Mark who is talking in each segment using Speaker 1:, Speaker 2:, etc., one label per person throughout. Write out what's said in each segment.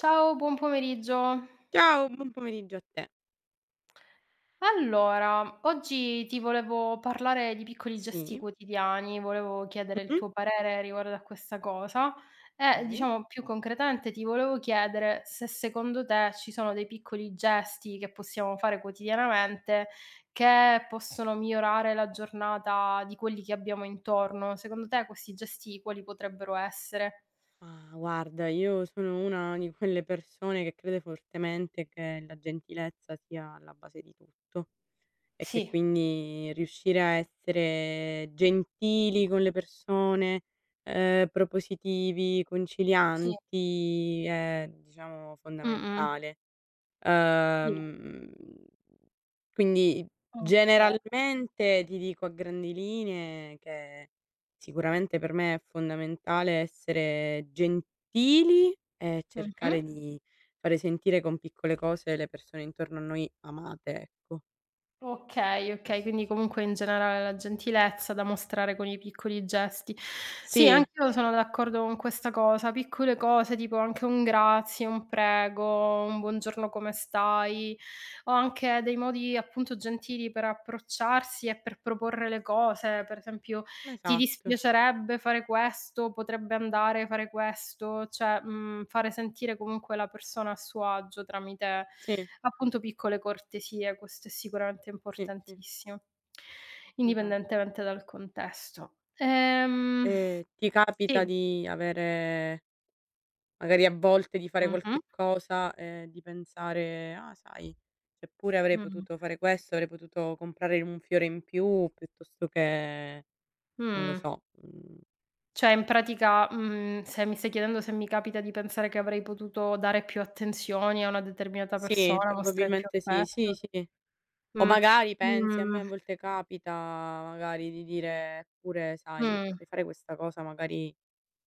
Speaker 1: Ciao, buon pomeriggio.
Speaker 2: Ciao, buon pomeriggio a te.
Speaker 1: Allora, oggi ti volevo parlare di piccoli gesti
Speaker 2: Sì,
Speaker 1: quotidiani, volevo chiedere il
Speaker 2: Mh-mh.
Speaker 1: tuo parere riguardo a questa cosa e,
Speaker 2: Okay.
Speaker 1: diciamo, più concretamente ti volevo chiedere se secondo te ci sono dei piccoli gesti che possiamo fare quotidianamente che possono migliorare la giornata di quelli che abbiamo intorno. Secondo te questi gesti quali potrebbero essere?
Speaker 2: Ma guarda, io sono una di quelle persone che crede fortemente che la gentilezza sia alla base di tutto e che
Speaker 1: Sì,
Speaker 2: quindi riuscire a essere gentili con le persone, propositivi,
Speaker 1: sì,
Speaker 2: concilianti è diciamo
Speaker 1: mh-mh.
Speaker 2: fondamentale.
Speaker 1: Sì.
Speaker 2: Uhm Quindi
Speaker 1: Okay.
Speaker 2: generalmente ti dico a grandi linee che sicuramente per me è fondamentale essere gentili e
Speaker 1: Mh-mh.
Speaker 2: cercare di fare sentire con piccole cose le persone intorno a noi amate, ecco,
Speaker 1: Okay, okay,
Speaker 2: questo
Speaker 1: quindi
Speaker 2: sì.
Speaker 1: comunque in generale la gentilezza da mostrare con i piccoli gesti. Sì,
Speaker 2: Sì,
Speaker 1: anch'io sono d'accordo con questa cosa, piccole cose tipo anche un grazie, un prego, un buongiorno come stai, o anche dei modi appunto gentili per approcciarsi e per proporre le cose. Per esempio, ti
Speaker 2: esatto.
Speaker 1: dispiacerebbe fare questo? Potrebbe andare a fare questo? Cioè, fare sentire comunque la persona a suo agio tramite,
Speaker 2: Sì,
Speaker 1: appunto, piccole cortesie, questo è sicuramente
Speaker 2: sì, sì,
Speaker 1: importantissimo,
Speaker 2: esa
Speaker 1: indipendentemente dal contesto.
Speaker 2: ti capita
Speaker 1: Sì.
Speaker 2: di avere. Magari a volte di fare
Speaker 1: Mh-mh,
Speaker 2: qualche cosa e di pensare: "Ah, sai, eppure avrei
Speaker 1: mh,
Speaker 2: potuto fare questo, avrei potuto comprare un fiore in più piuttosto che" non lo
Speaker 1: mh.
Speaker 2: so,
Speaker 1: Cioè in pratica, se mi stai chiedendo se mi capita di pensare che avrei potuto dare più attenzioni a una determinata
Speaker 2: sì,
Speaker 1: persona, mostrare più
Speaker 2: probabilmente sì,
Speaker 1: affetto.
Speaker 2: sì, sì. O
Speaker 1: Mh,
Speaker 2: magari pensi a me a volte capita magari di dire: "Eppure
Speaker 1: mh,
Speaker 2: sai,
Speaker 1: mh.
Speaker 2: potrei fare questa cosa magari"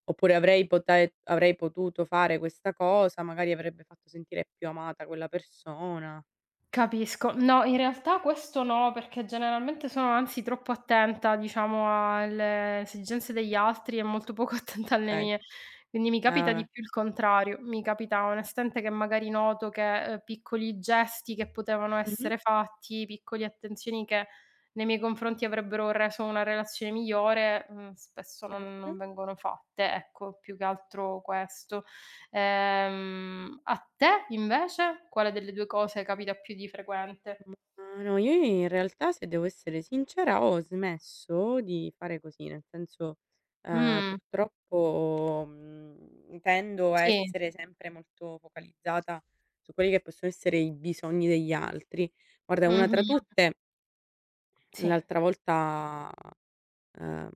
Speaker 2: oppure avrei potuto fare questa cosa, magari avrebbe fatto sentire più amata quella persona".
Speaker 1: Capisco. No, in realtà questo no, perché generalmente sono anzi troppo attenta, diciamo, alle esigenze degli altri e molto poco attenta alle
Speaker 2: Okay.
Speaker 1: mie. Quindi mi capita
Speaker 2: Vabbè.
Speaker 1: di più il contrario. Mi capita onestamente che magari noto che piccoli gesti che potevano
Speaker 2: Mh-mh.
Speaker 1: essere fatti, piccole attenzioni che nei miei confronti avrebbero reso una relazione migliore, spesso non
Speaker 2: Certo.
Speaker 1: vengono fatte. Ecco, più che altro questo. A te invece, quale delle 2 cose capita più di frequente?
Speaker 2: Ah, no, io in realtà, se devo essere sincera, ho smesso di fare così, nel senso,
Speaker 1: Mh,
Speaker 2: purtroppo, tendo a
Speaker 1: sì.
Speaker 2: essere sempre molto focalizzata su quelli che possono essere i bisogni degli altri. Guarda, una
Speaker 1: Mh-mh.
Speaker 2: tra tutte,
Speaker 1: Sì.
Speaker 2: l'altra volta, ehm,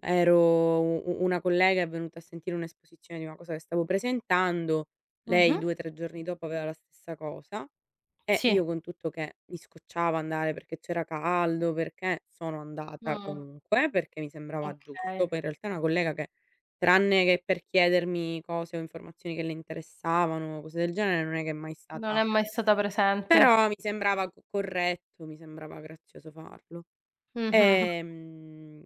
Speaker 2: ero u u una collega è venuta a sentire un'esposizione di una cosa che stavo presentando, lei
Speaker 1: Mh-mh.
Speaker 2: 2, 3 giorni dopo aveva la stessa cosa. Eh,
Speaker 1: Sì.
Speaker 2: io con tutto che mi scocciava andare perché c'era caldo, perché sono andata
Speaker 1: Mh,
Speaker 2: comunque, perché mi sembrava
Speaker 1: okay.
Speaker 2: giusto. Poi in realtà è una collega che, tranne che per chiedermi cose o informazioni che le interessavano, cose del genere, non è che è mai
Speaker 1: Non è
Speaker 2: stata.
Speaker 1: mai stata presente.
Speaker 2: Però mi sembrava co corretto, mi sembrava grazioso farlo.
Speaker 1: Mh-mh.
Speaker 2: Ehm,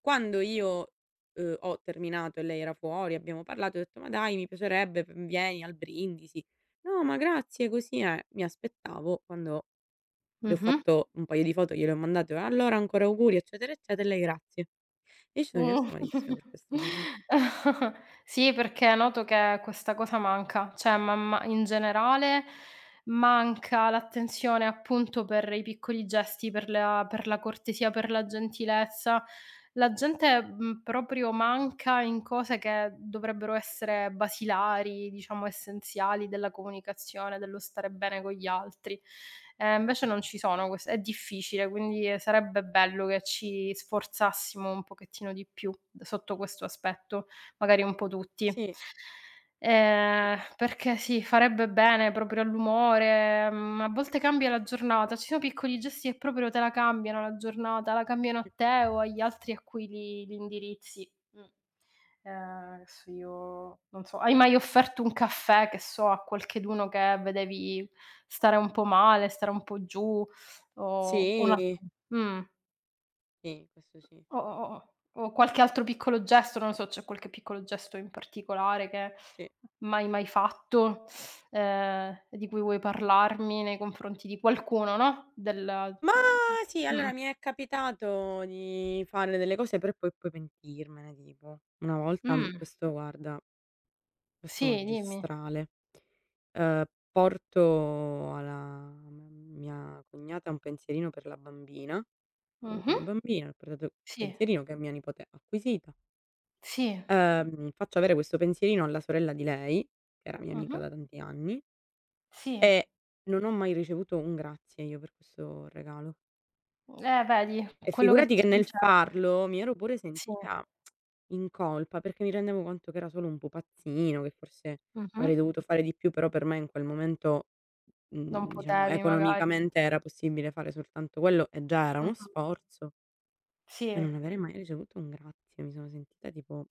Speaker 2: quando io, ho terminato e lei era fuori, abbiamo parlato, ho detto: "Ma dai, mi piacerebbe, v vieni al brindisi". "No, ma grazie, così è". Mi aspettavo quando le ho
Speaker 1: Mh-mh.
Speaker 2: fatto un paio di foto, gliele ho mandate: "Allora ancora auguri, eccetera, eccetera", e lei: "Grazie". E io ci sono
Speaker 1: Mh.
Speaker 2: rimasta malissimo per questa cosa.
Speaker 1: Sì, perché noto che questa cosa manca, cioè ma in generale manca l'attenzione appunto per i piccoli gesti, per la cortesia, per la gentilezza. La gente, proprio manca in cose che dovrebbero essere basilari, diciamo essenziali della comunicazione, dello stare bene con gli altri. Invece non ci sono ques è difficile, quindi, sarebbe bello che ci sforzassimo un pochettino di più d sotto questo aspetto, magari un po' tutti.
Speaker 2: Sì, sì,
Speaker 1: Perché sì, farebbe bene proprio all'umore, a volte cambia la giornata. Ci sono piccoli gesti che proprio te la cambiano la giornata, la cambiano a
Speaker 2: mh.
Speaker 1: te o agli altri a cui li indirizzi. Mh. Adesso io non so, hai mai offerto un caffè, che so, a qualcheduno che vedevi stare un po' male, stare un po' giù o una
Speaker 2: Sì,
Speaker 1: mh.
Speaker 2: sì, questo sì,
Speaker 1: O o o o qualche altro piccolo gesto, non lo so, c'è qualche piccolo gesto in particolare che
Speaker 2: sì.
Speaker 1: mai, mai fatto, di cui vuoi parlarmi nei confronti di qualcuno, no, del
Speaker 2: Ma sì,
Speaker 1: mh,
Speaker 2: allora mi è capitato di fare delle cose per poi pentirmene, tipo. Una volta,
Speaker 1: mh,
Speaker 2: questo guarda, questo
Speaker 1: sì, dimmi.
Speaker 2: magistrale, ehm, porto alla m mia cognata un pensierino per la bambina. Ho avuto
Speaker 1: Mh-mh.
Speaker 2: una bambina, ho portato un
Speaker 1: Sì,
Speaker 2: pensierino che è mia nipote ha acquisita.
Speaker 1: sì,
Speaker 2: Faccio avere questo pensierino alla sorella di lei, che era mia amica
Speaker 1: mh-mh,
Speaker 2: da tanti anni,
Speaker 1: sì.
Speaker 2: e non ho mai ricevuto un grazie io per questo regalo.
Speaker 1: Vedi,
Speaker 2: E
Speaker 1: quello che
Speaker 2: figurati che
Speaker 1: ti
Speaker 2: nel
Speaker 1: dicevo.
Speaker 2: farlo mi ero pure
Speaker 1: Sì,
Speaker 2: sentita in colpa, perché mi rendevo conto che era solo un pupazzino, che forse
Speaker 1: mh-mh.
Speaker 2: avrei dovuto fare di più, però per me in quel momento,
Speaker 1: Non
Speaker 2: diciamo
Speaker 1: potevi magari.
Speaker 2: economicamente era possibile fare soltanto quello e già era uno
Speaker 1: Mh-mh.
Speaker 2: sforzo. Cioè
Speaker 1: Sì.
Speaker 2: non avere mai ricevuto un grazie, mi sono sentita tipo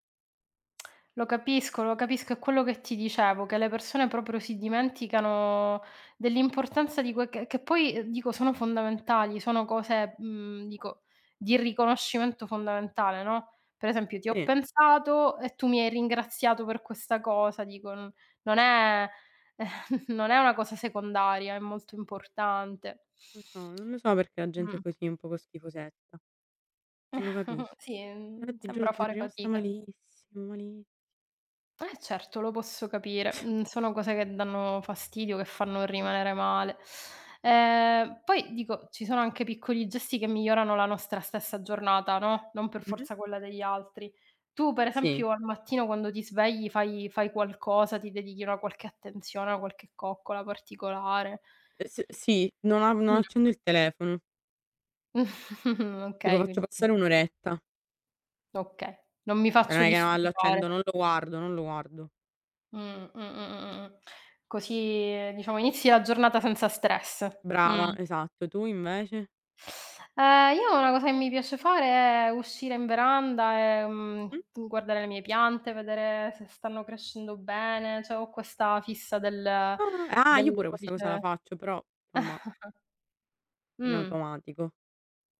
Speaker 1: Lo capisco, è quello che ti dicevo, che le persone proprio si dimenticano dell'importanza di que che poi, dico sono fondamentali, sono cose, dico, di riconoscimento fondamentale, no, per esempio: "Ti ho
Speaker 2: sì.
Speaker 1: pensato e tu mi hai ringraziato per questa cosa", dico, n non è non è una cosa secondaria, è molto importante.
Speaker 2: Lo so, non lo so perché la gente
Speaker 1: Mh.
Speaker 2: è così un poco schifosetta, non lo capisco.
Speaker 1: Sì,
Speaker 2: Però ti giuro
Speaker 1: sembra
Speaker 2: ci son
Speaker 1: fare
Speaker 2: rimasta
Speaker 1: fatica.
Speaker 2: malissimo, mali
Speaker 1: Eh certo, lo posso capire. Mhmm, sono cose che danno fastidio, che fanno
Speaker 2: mh,
Speaker 1: rimanere male.
Speaker 2: mh,
Speaker 1: Poi dico, ci sono anche piccoli gesti che migliorano la nostra stessa giornata, no, non per
Speaker 2: mh?
Speaker 1: forza quella degli altri. Tu per
Speaker 2: Sì,
Speaker 1: esempio al mattino quando ti svegli fai qualcosa, ti dedichi una qualche attenzione, una qualche coccola particolare?
Speaker 2: s sì, non
Speaker 1: Mh.
Speaker 2: accendo il telefono, tipo
Speaker 1: Okay, quindi
Speaker 2: faccio passare un'oretta,
Speaker 1: okay. Non mi
Speaker 2: cioè
Speaker 1: faccio
Speaker 2: non è che no lo accendo,
Speaker 1: disturbare.
Speaker 2: non lo guardo, non lo guardo.
Speaker 1: Mh, mh, mh, mh, mh. Così, diciamo, inizi la giornata senza stress. Mh.
Speaker 2: Brava, esatto. Tu invece?
Speaker 1: Io una cosa che mi piace fare è uscire in veranda e,
Speaker 2: Mh?
Speaker 1: guardare le mie piante, vedere se stanno crescendo bene, cioè ho questa fissa del
Speaker 2: No, ah,
Speaker 1: del
Speaker 2: io pure questa cosa la
Speaker 1: pollice
Speaker 2: faccio, però insomma in
Speaker 1: mh.
Speaker 2: automatico,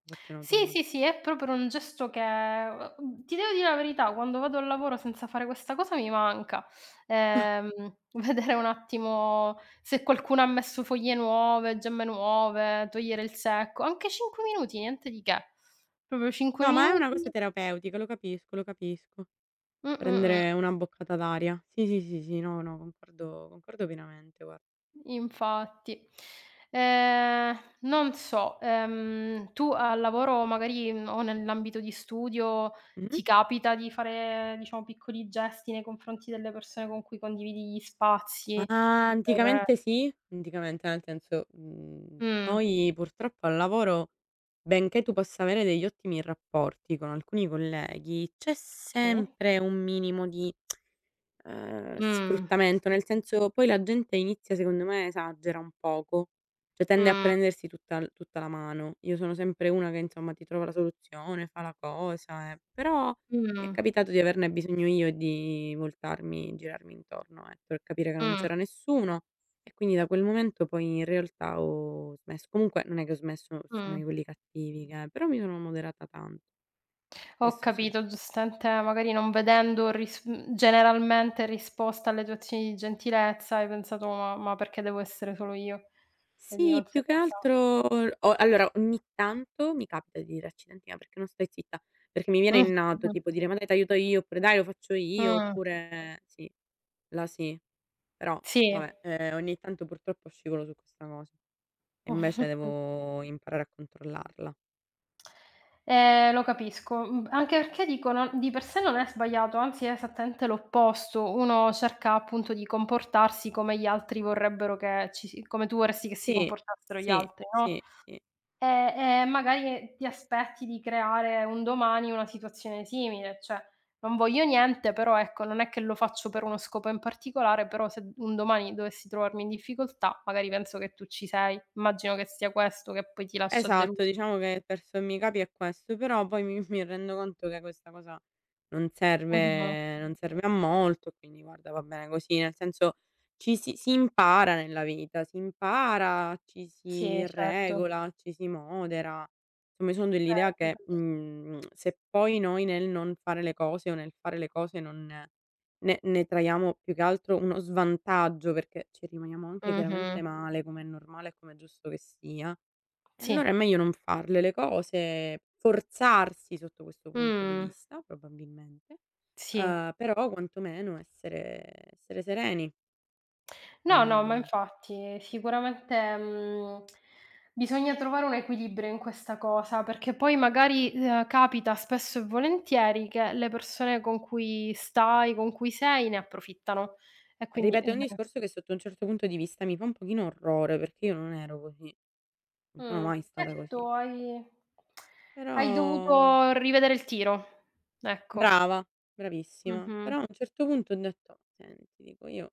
Speaker 2: la faccio in
Speaker 1: Sì, sì,
Speaker 2: automatico.
Speaker 1: sì, è proprio un gesto che ti devo dire la verità, quando vado al lavoro senza fare questa cosa mi manca. Ehm, vedere un attimo se qualcuno ha messo foglie nuove, gemme nuove, togliere il secco, anche 5 minuti, niente di che. Proprio 5
Speaker 2: No, ma è una cosa
Speaker 1: minuti
Speaker 2: terapeutica, lo capisco, lo capisco.
Speaker 1: mh.
Speaker 2: Prendere una boccata d'aria. Sì, sì, sì, sì, no, no, concordo pienamente, guarda.
Speaker 1: Infatti. Non so, tu al lavoro magari, o nell'ambito di studio,
Speaker 2: Mh-mh.
Speaker 1: ti capita di fare, diciamo, piccoli gesti nei confronti delle persone con cui condividi gli spazi
Speaker 2: Ah,
Speaker 1: per
Speaker 2: anticamente sì, anticamente nel senso,
Speaker 1: mh.
Speaker 2: poi purtroppo al lavoro, benché tu possa avere degli ottimi rapporti con alcuni colleghi, c'è
Speaker 1: Sì.
Speaker 2: sempre un minimo di
Speaker 1: Mh.
Speaker 2: sfruttamento, nel senso poi la gente inizia secondo me esagera un poco, cioè tende a
Speaker 1: Mh.
Speaker 2: prendersi tutta la mano. Io sono sempre una che insomma ti trova la soluzione, fa la cosa, però mi è
Speaker 1: Mh.
Speaker 2: capitato di averne bisogno io e di voltarmi, girarmi intorno, ecco, per capire che non
Speaker 1: Mh.
Speaker 2: c'era nessuno e quindi da quel momento poi in realtà ho smesso. Comunque non è che ho smesso, sono
Speaker 1: Mh.
Speaker 2: di quelli cattivi che però mi sono moderata tanto,
Speaker 1: Ho
Speaker 2: questo sì.
Speaker 1: capito, giustamente magari non vedendo ris generalmente risposta alle tue azioni di gentilezza, hai pensato: "Ma perché devo essere solo io?" E di
Speaker 2: Sì, più che
Speaker 1: conseguenza
Speaker 2: altro o allora ogni tanto mi capita di dire: "Accidenti, ma perché non stai zitta?" Perché mi
Speaker 1: mh,
Speaker 2: viene innato
Speaker 1: mh-mh.
Speaker 2: tipo dire: "Ma dai t'aiuto io", oppure: "Dai lo faccio io",
Speaker 1: Mh,
Speaker 2: oppure sì, là sì. Però
Speaker 1: sì.
Speaker 2: vabbè, ogni tanto purtroppo scivolo su questa cosa e invece devo imparare a controllarla.
Speaker 1: Lo capisco. Mhmm, anche perché dico non di per sé non è sbagliato, anzi è esattamente l'opposto. Uno cerca appunto di comportarsi come gli altri vorrebbero che ci si come tu vorresti che si
Speaker 2: Sì,
Speaker 1: comportassero gli
Speaker 2: sì,
Speaker 1: altri, no?
Speaker 2: sì, sì.
Speaker 1: Eh, magari ti aspetti di creare un domani una situazione simile, cioè non voglio niente, però ecco, non è che lo faccio per uno scopo in particolare, però se un domani dovessi trovarmi in difficoltà, magari penso che tu ci sei. Immagino che sia questo che poi ti lascia
Speaker 2: Esatto,
Speaker 1: delus
Speaker 2: diciamo che per sommi capi è questo, però poi mi mi rendo conto che questa cosa non
Speaker 1: mh-mh.
Speaker 2: serve non serve a molto e quindi guarda va bene così, nel senso ci si impara nella vita, si impara, ci
Speaker 1: Sì,
Speaker 2: si
Speaker 1: certo.
Speaker 2: regola, ci si modera. Insomma, io sono dell'idea
Speaker 1: Certo,
Speaker 2: che,
Speaker 1: certo.
Speaker 2: se poi noi nel non fare le cose o nel fare le cose non ne traiamo più che altro uno svantaggio, perché ci rimaniamo anche
Speaker 1: Mh-mh.
Speaker 2: chiaramente male, come è normale e come è giusto che sia e
Speaker 1: Sì.
Speaker 2: allora è meglio non farle le cose, forzarsi sotto questo punto di
Speaker 1: Mh.
Speaker 2: vista probabilmente,
Speaker 1: Sì.
Speaker 2: però quantomeno essere sereni,
Speaker 1: No, no,
Speaker 2: almeno
Speaker 1: ma
Speaker 2: io.
Speaker 1: infatti sicuramente, bisogna trovare un equilibrio in questa cosa, perché poi magari, capita spesso e volentieri che le persone con cui stai, con cui sei, ne approfittano. E quindi
Speaker 2: Ripeto, è un discorso che sotto un certo punto di vista mi fa un pochino orrore, perché io non ero così, non sono
Speaker 1: mh,
Speaker 2: mai
Speaker 1: e
Speaker 2: stata
Speaker 1: tu
Speaker 2: così.
Speaker 1: hai
Speaker 2: Però
Speaker 1: hai dovuto rivedere il tiro. Ecco.
Speaker 2: brava, bravissima,
Speaker 1: Mh-mh.
Speaker 2: però a un certo punto ho detto: "Senti", dico, "io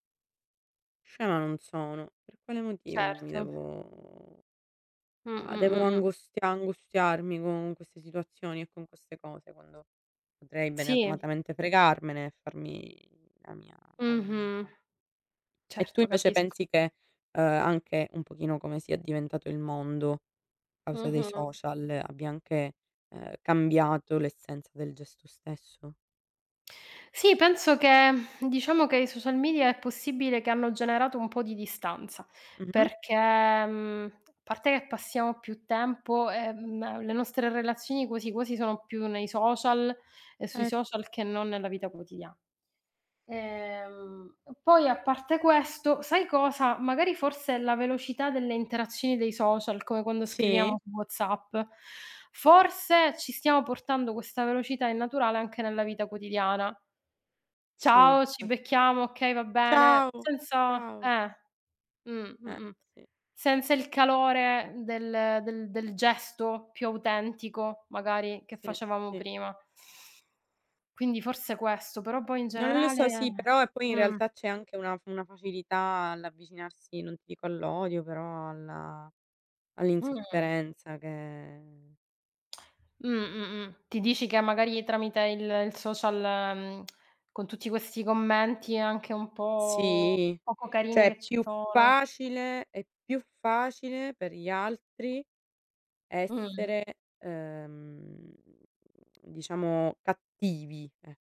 Speaker 2: scema non sono, per quale motivo mi
Speaker 1: Certo.
Speaker 2: devo".
Speaker 1: Mh,
Speaker 2: Ma
Speaker 1: mh,
Speaker 2: devo
Speaker 1: mh, mh.
Speaker 2: angustiarmi con queste situazioni e con queste cose, quando potrei
Speaker 1: Sì.
Speaker 2: beneatmatamente fregarmene e farmi la mia
Speaker 1: Mh-mh.
Speaker 2: vita. E tu
Speaker 1: Certo,
Speaker 2: invece
Speaker 1: capisco.
Speaker 2: pensi che, anche un pochino come sia diventato il mondo a causa dei
Speaker 1: Mh-mh.
Speaker 2: social abbia anche, cambiato l'essenza del gesto stesso?
Speaker 1: Sì, penso che diciamo che i social media è possibile che hanno generato un po' di distanza,
Speaker 2: Mh-mh,
Speaker 1: perché, a parte che passiamo più tempo, le nostre relazioni quasi quasi sono più nei social e sui
Speaker 2: ert
Speaker 1: social che non nella vita quotidiana. Ehm, poi a parte questo, sai cosa? Magari forse la velocità delle interazioni dei social, come quando
Speaker 2: sì,
Speaker 1: scriviamo su WhatsApp, forse ci stiamo portando questa velocità innaturale anche nella vita quotidiana.
Speaker 2: sì,
Speaker 1: Ciao, ci
Speaker 2: ques
Speaker 1: becchiamo, okay, va bene.
Speaker 2: ciao,
Speaker 1: Senza
Speaker 2: ciao. Eh,
Speaker 1: mh-mh.
Speaker 2: sì,
Speaker 1: Senza il calore del gesto più autentico, magari, che
Speaker 2: sì,
Speaker 1: facevamo
Speaker 2: sì.
Speaker 1: prima. Quindi forse questo, però poi in
Speaker 2: Non lo so,
Speaker 1: generale
Speaker 2: sì, però e poi in
Speaker 1: mh,
Speaker 2: realtà c'è anche una facilità all'avvicinarsi, non ti dico all'odio, però alla
Speaker 1: mh,
Speaker 2: all'insofferenza che
Speaker 1: mh-mh. Ti dici che magari tramite il social, mhmm, con tutti questi commenti anche un po'
Speaker 2: sì,
Speaker 1: poco
Speaker 2: cioè
Speaker 1: carini
Speaker 2: è
Speaker 1: che ci
Speaker 2: più
Speaker 1: sono.
Speaker 2: facile è più facile per gli altri
Speaker 1: Mh.
Speaker 2: essere, diciamo cattivi, eh.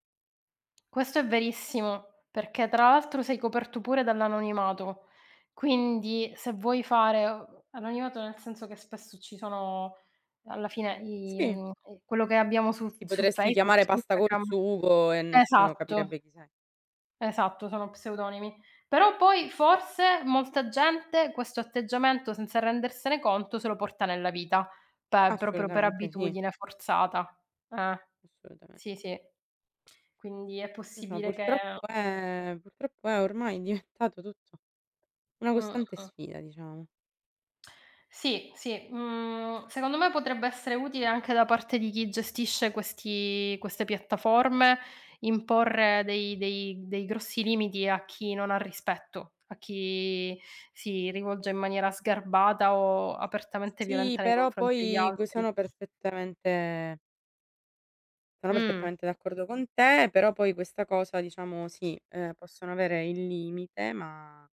Speaker 1: Questo è verissimo, perché tra l'altro sei coperto pure dall'anonimato. Quindi se vuoi fare anonimato nel senso che spesso ci sono alla fine i
Speaker 2: Sì,
Speaker 1: quello che abbiamo su
Speaker 2: ti
Speaker 1: su
Speaker 2: potresti
Speaker 1: Facebook,
Speaker 2: chiamare
Speaker 1: su
Speaker 2: pasta col
Speaker 1: Instagram
Speaker 2: sugo e nessuno
Speaker 1: esatto,
Speaker 2: capirebbe chi sei.
Speaker 1: esatto, sono pseudonimi. Però poi forse molta gente questo atteggiamento, senza rendersene conto, se lo porta nella vita, pe proprio per
Speaker 2: Assolutamente sì,
Speaker 1: abitudine forzata. Eh,
Speaker 2: assolutamen
Speaker 1: sì, sì. Quindi è
Speaker 2: insomma,
Speaker 1: possibile che
Speaker 2: purtroppo è ormai diventato tutto una costante
Speaker 1: mh-mh.
Speaker 2: sfida, diciamo.
Speaker 1: Sì, sì, secondo me potrebbe essere utile anche da parte di chi gestisce questi queste piattaforme, imporre dei grossi limiti a chi non ha rispetto, a chi si rivolge in maniera sgarbata o apertamente
Speaker 2: Sì,
Speaker 1: violenta nei
Speaker 2: però
Speaker 1: confronti degli
Speaker 2: poi que
Speaker 1: altri.
Speaker 2: sono perfettamente sono
Speaker 1: Mh,
Speaker 2: perfettamente d'accordo con te, però poi questa cosa diciamo sì, possono avere il limite, ma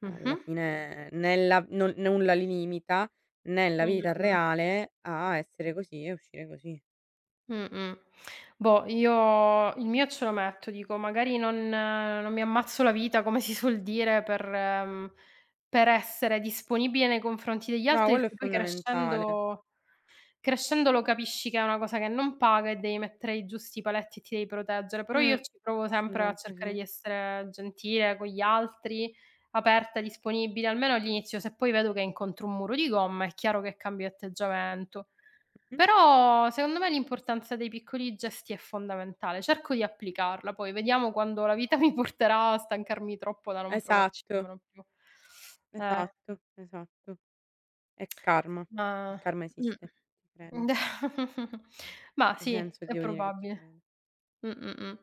Speaker 2: alla
Speaker 1: mh-mh.
Speaker 2: fine nella non nulla li limita nella vita
Speaker 1: Mh.
Speaker 2: reale a essere così e uscire così.
Speaker 1: Mh-mh. Boh, io il mio ce lo metto, dico magari non mi ammazzo la vita, come si suol dire, per per essere disponibile nei confronti degli
Speaker 2: No,
Speaker 1: altri,
Speaker 2: quello è
Speaker 1: perché poi
Speaker 2: fondamentale.
Speaker 1: crescendo lo capisci che è una cosa che non paga e devi mettere i giusti paletti e ti devi proteggere, però io
Speaker 2: Mh,
Speaker 1: ci provo sempre a
Speaker 2: assolutamente
Speaker 1: cercare
Speaker 2: sì.
Speaker 1: di essere gentile con gli altri, aperta, disponibile, almeno all'inizio, se poi vedo che incontro un muro di gomma è chiaro che cambio atteggiamento.
Speaker 2: Mh-mh.
Speaker 1: Però secondo me l'importanza dei piccoli gesti è fondamentale. Cerco di applicarla, poi vediamo quando la vita mi porterà a stancarmi troppo da non provarci
Speaker 2: Esatto,
Speaker 1: nemmeno più. Eh,
Speaker 2: esatto, esatto. È karma. Il
Speaker 1: ma
Speaker 2: karma
Speaker 1: mh.
Speaker 2: esiste, ci credo. In
Speaker 1: Ma
Speaker 2: questo
Speaker 1: sì,
Speaker 2: senso ti
Speaker 1: è
Speaker 2: devo dire che ci
Speaker 1: probabile.
Speaker 2: credo.
Speaker 1: Mh, mh, mh.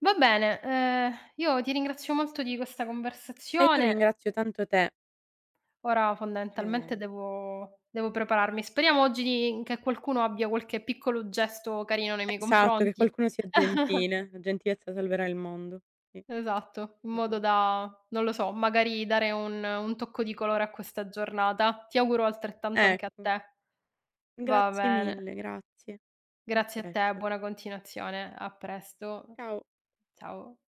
Speaker 1: Va bene, io ti ringrazio molto di questa
Speaker 2: E io
Speaker 1: conversazione.
Speaker 2: ringrazio tanto te.
Speaker 1: Ora fondamentalmente
Speaker 2: Ehm,
Speaker 1: devo prepararmi. Speriamo oggi di che qualcuno abbia qualche piccolo gesto carino nei miei
Speaker 2: esatto, che
Speaker 1: confronti.
Speaker 2: qualcuno sia gentile. La gentilezza salverà il mondo. Sì,
Speaker 1: Esatto, in modo
Speaker 2: esatto.
Speaker 1: da, non lo so, magari dare un tocco di colore a questa giornata. Ti auguro altrettanto anche a
Speaker 2: Ecco,
Speaker 1: te. Va
Speaker 2: grazie
Speaker 1: bene.
Speaker 2: mille, grazie. A
Speaker 1: Grazie a te,
Speaker 2: presto.
Speaker 1: buona continuazione. A presto.
Speaker 2: Ciao.
Speaker 1: Ciao.